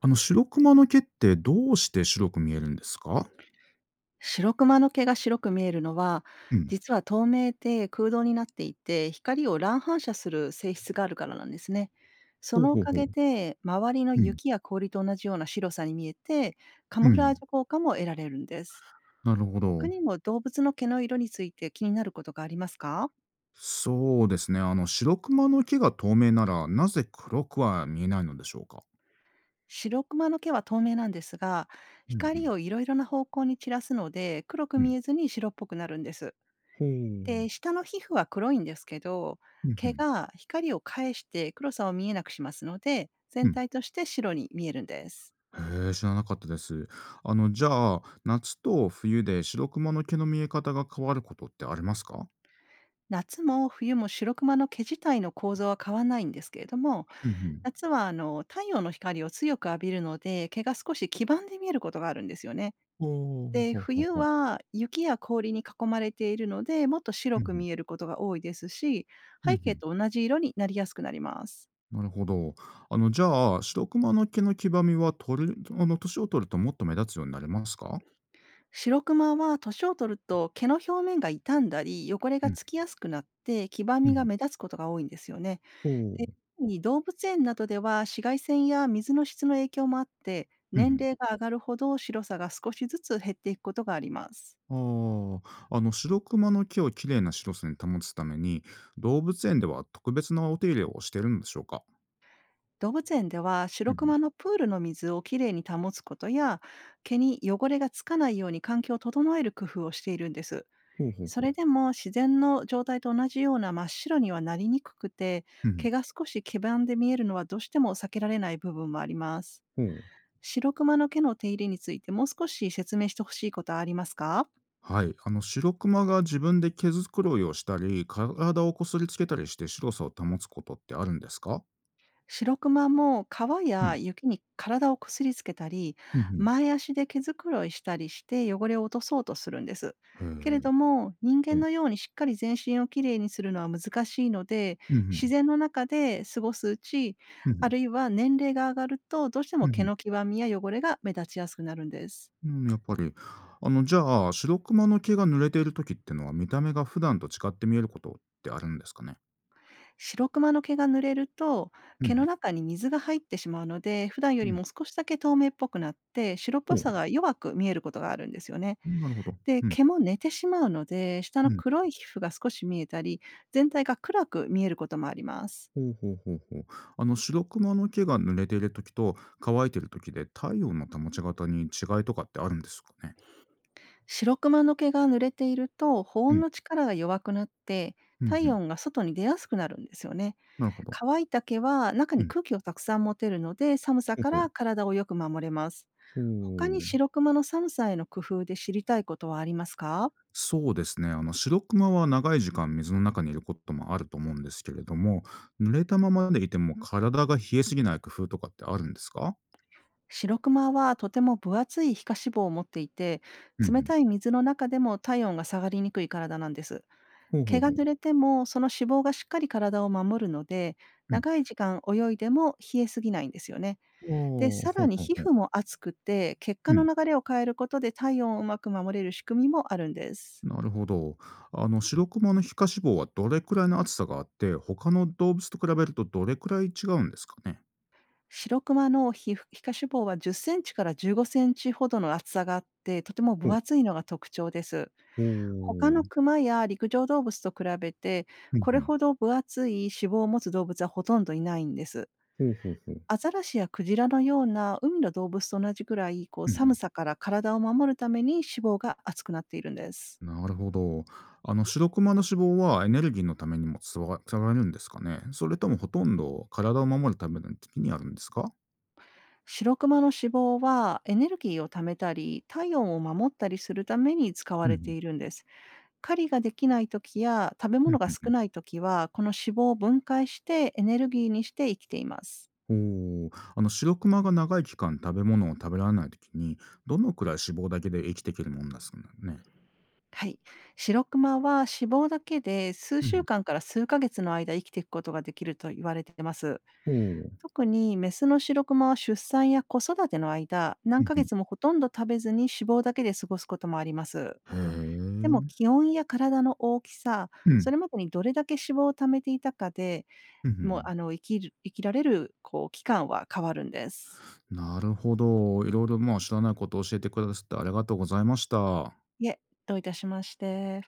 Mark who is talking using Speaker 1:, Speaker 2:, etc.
Speaker 1: 白クマの毛ってどうして白く見えるんですか？
Speaker 2: 白クマの毛が白く見えるのは、
Speaker 1: うん。
Speaker 2: 実は透明で空洞になっていて、光を乱反射する性質があるからなんですね。そ
Speaker 1: ほう
Speaker 2: のお
Speaker 1: ほう
Speaker 2: か
Speaker 1: ほう。
Speaker 2: げで、周りの
Speaker 1: うん。
Speaker 2: 雪や氷と同じような白さに見えて、カ
Speaker 1: う
Speaker 2: モフラージ
Speaker 1: ん、
Speaker 2: ュ効果も得られるんです。
Speaker 1: なるほ
Speaker 2: 他
Speaker 1: ど。
Speaker 2: にも動物の毛の色について気になることがありますか？
Speaker 1: そうですね、白クマの毛が透明なら、なぜ黒くは見えないのでしょうか？
Speaker 2: 白クマの毛は透明なんですが、
Speaker 1: うん、う
Speaker 2: 光
Speaker 1: ん、
Speaker 2: をいろいろな方向に散らすので、黒く
Speaker 1: う
Speaker 2: 見
Speaker 1: ん。
Speaker 2: えずに白っぽくなるんです。
Speaker 1: ほう。
Speaker 2: で、下の皮膚は黒いんですけど、
Speaker 1: うん、う
Speaker 2: 毛
Speaker 1: ん、
Speaker 2: が光を返して黒さを見えなくしますので、
Speaker 1: う
Speaker 2: 全
Speaker 1: ん。
Speaker 2: 体として白に見えるんです。
Speaker 1: へえ、知らなかったです。じゃあ、夏と冬で白クマの毛の見え方が変わることってありますか？
Speaker 2: 夏も冬も白クマの毛自体の構造は変わらないんですけれども、
Speaker 1: うん、うん。
Speaker 2: 夏は太陽の光を強く浴びるので、毛が少し黄ばんで見えることがあるんですよね。
Speaker 1: ほう、
Speaker 2: で、
Speaker 1: ほうほう
Speaker 2: 冬
Speaker 1: ほう。
Speaker 2: は雪や氷に囲まれているので、もっと
Speaker 1: う
Speaker 2: 白
Speaker 1: ん、う
Speaker 2: く
Speaker 1: ん。
Speaker 2: 見えることが多いですし、
Speaker 1: うん、う
Speaker 2: 背景
Speaker 1: ん。
Speaker 2: と同じ色になりやすくなります。
Speaker 1: なるほど。じゃあ、白熊の毛の黄ばみは、取るあの、年を取るともっと目立つようになりますか？
Speaker 2: 白クマは年を取ると、毛の表面が傷んだり汚れ
Speaker 1: う
Speaker 2: が
Speaker 1: ん、
Speaker 2: つきやすくなって、黄ば
Speaker 1: う
Speaker 2: みが
Speaker 1: ん。
Speaker 2: 目立つことが多いんですよね。
Speaker 1: おお、
Speaker 2: 特に動物園などでは、紫外線や水の質の影響もあって、
Speaker 1: う
Speaker 2: 年
Speaker 1: ん。
Speaker 2: 齢が上がるほど白さが少しずつ減っていくことがあります。
Speaker 1: ああ、白熊の毛を綺麗な白さに保つために、動物園では特別なお手入れをしているのでしょうか？
Speaker 2: 動物園では、
Speaker 1: う
Speaker 2: 白ク
Speaker 1: ん。
Speaker 2: マのプールの水をきれいに保つことや、毛に汚れがつかないように環境を整える工夫をしているんです。
Speaker 1: ほうほう
Speaker 2: そ
Speaker 1: ほう。
Speaker 2: れでも自然の状態と同じような真っ白にはなりにくくて、
Speaker 1: うん、
Speaker 2: 毛が少し黄ばんで見えるのはどうしても避けられない部分もあります。
Speaker 1: ほう。
Speaker 2: 白クマの毛の手入れについてもう少し説明してほしいことはありますか？
Speaker 1: はい。白熊が自分で毛づくろいをしたり、体をこすりつけたりして白さを保つことってあるんですか？
Speaker 2: 白クマも川
Speaker 1: うん、
Speaker 2: や雪に体をこすりつけたり、
Speaker 1: うんう
Speaker 2: 前足で毛づくろいしたりして汚れを落とそうとするんです。けれ
Speaker 1: ん。
Speaker 2: ども、人
Speaker 1: へえ。う
Speaker 2: 間
Speaker 1: ん。
Speaker 2: のようにしっかり全身をきれいにするのは難しいので、自然の中で過ごすうち、
Speaker 1: うんうん。
Speaker 2: あるいは年齢が上がると、どうして
Speaker 1: う
Speaker 2: も
Speaker 1: んう
Speaker 2: 毛
Speaker 1: ん。
Speaker 2: の黄ばみや汚れが目立ちやすくなるんです。
Speaker 1: うん、やっぱり。じゃあ、白クマの毛が濡れている時ってのは、見た目が普段と違って見えることってあるんですかね？
Speaker 2: 白クマの毛が濡れると、
Speaker 1: う
Speaker 2: 毛の
Speaker 1: ん、
Speaker 2: 中に水が入ってしまうので、普段よ
Speaker 1: う
Speaker 2: り
Speaker 1: ん。
Speaker 2: も少しだけ透明っぽくなって、白っ
Speaker 1: ほ
Speaker 2: ぽ
Speaker 1: う、
Speaker 2: さが弱く見えることがあるんですよね。
Speaker 1: なるほど。
Speaker 2: で、
Speaker 1: うん、
Speaker 2: 毛も寝てしまうので、下
Speaker 1: う
Speaker 2: の
Speaker 1: ん。
Speaker 2: 黒い皮膚が少し見えたり、全体が暗く見えることもあります。
Speaker 1: ほうほうほうほう。白クマの毛が濡れている時と乾いている時で、太陽の保ち方に違いとかってあるんですかね？
Speaker 2: 白クマの毛が濡れていると、保
Speaker 1: う
Speaker 2: 温
Speaker 1: ん、
Speaker 2: の力が弱くなって、
Speaker 1: うんう
Speaker 2: 体
Speaker 1: ん。
Speaker 2: 温が外に出やすくなるんですよね。
Speaker 1: なるほど。
Speaker 2: 乾いた毛は中
Speaker 1: う
Speaker 2: に
Speaker 1: ん。
Speaker 2: 空気をたくさん持てるので、寒さ
Speaker 1: ほう
Speaker 2: か
Speaker 1: ほう。
Speaker 2: ら体をよく守れます。他に
Speaker 1: ほう。
Speaker 2: 白クマの寒さへの工夫で知りたいことはありますか？
Speaker 1: そうですね。シロクマは長い時間水の中にいることもあると思うんですけれども、濡れたままでいても体が冷えすぎない工夫とかってあるんですか？
Speaker 2: 白クマはとても分厚い皮下脂肪を持っていて、
Speaker 1: うんう
Speaker 2: 冷たい
Speaker 1: ん。
Speaker 2: 水の中でも体温が下がりにくい体なんです。
Speaker 1: ほうほ
Speaker 2: 毛
Speaker 1: う
Speaker 2: が
Speaker 1: ほう。
Speaker 2: 濡れても、その脂肪がしっかり体を守るので、
Speaker 1: うん。
Speaker 2: 長い時間泳いでも冷えすぎないんですよね。で、
Speaker 1: おー、
Speaker 2: さ
Speaker 1: ほ
Speaker 2: ら
Speaker 1: う
Speaker 2: に
Speaker 1: ほう
Speaker 2: 皮
Speaker 1: ほう。
Speaker 2: 膚も熱くて、血
Speaker 1: う
Speaker 2: 管の
Speaker 1: ん。
Speaker 2: 流れを変えることで体温をうまく守れる仕組みもあるんです。
Speaker 1: なるほど。シロクマの皮下脂肪はどれくらいの厚さがあって、他の動物と比べるとどれくらい違うんですかね？
Speaker 2: 白クマの皮膚皮下脂肪は10センチから15センチほどの厚さがあって、とても
Speaker 1: ほ
Speaker 2: 分
Speaker 1: う。
Speaker 2: 厚いのが特徴です。
Speaker 1: ほ
Speaker 2: 他
Speaker 1: う。
Speaker 2: のクマや陸上動物と比べて、
Speaker 1: うんう
Speaker 2: これ
Speaker 1: ん。
Speaker 2: ほど分厚い脂肪を持つ動物はほとんどいないんです。
Speaker 1: ほうほうほう。
Speaker 2: アザラシやクジラのような海の動物と同じくらい、こう
Speaker 1: うんう
Speaker 2: 寒
Speaker 1: ん。
Speaker 2: さから体を守るために脂肪が厚くなっているんです。
Speaker 1: なるほど。白クマの脂肪はエネルギーのためにも使われるんですかね？それともほとんど体を守るための時にあるんですか？
Speaker 2: 白クマの脂肪はエネルギーを貯めたり、体温を守ったりするために使
Speaker 1: う
Speaker 2: われて
Speaker 1: ん
Speaker 2: いるんです。狩りができない時や食べ
Speaker 1: うん
Speaker 2: 物が
Speaker 1: うんう
Speaker 2: 少
Speaker 1: ん。
Speaker 2: ない時は、この脂肪を分解してエネルギーにして生きています。
Speaker 1: おおー、白クマが長い期間食べ物を食べられない時に、どのくらい脂肪だけで生きていけるもんですかね？
Speaker 2: はい。白クマは脂肪だけで数
Speaker 1: う
Speaker 2: 週
Speaker 1: ん。
Speaker 2: 間から数ヶ月の間生きていくことができると言われています。
Speaker 1: おお。
Speaker 2: 特にメスのシロクマは出産や子育ての間、
Speaker 1: う
Speaker 2: 何
Speaker 1: ん
Speaker 2: ヶ
Speaker 1: うん。
Speaker 2: 月もほとんど食べずに脂肪だけで過ごすこともあります。
Speaker 1: へ
Speaker 2: でも、
Speaker 1: え。
Speaker 2: 気温や体の大きさ、
Speaker 1: う
Speaker 2: そ
Speaker 1: ん。
Speaker 2: れまでにどれだけ脂肪を貯めていたかで、
Speaker 1: うんうんう
Speaker 2: もう
Speaker 1: ん。
Speaker 2: 生きられるこう期間は変わるんです。
Speaker 1: なるほど。いろいろまあ知らないことを教えてくださってありがとうございました。
Speaker 2: いえ、どういたしまして。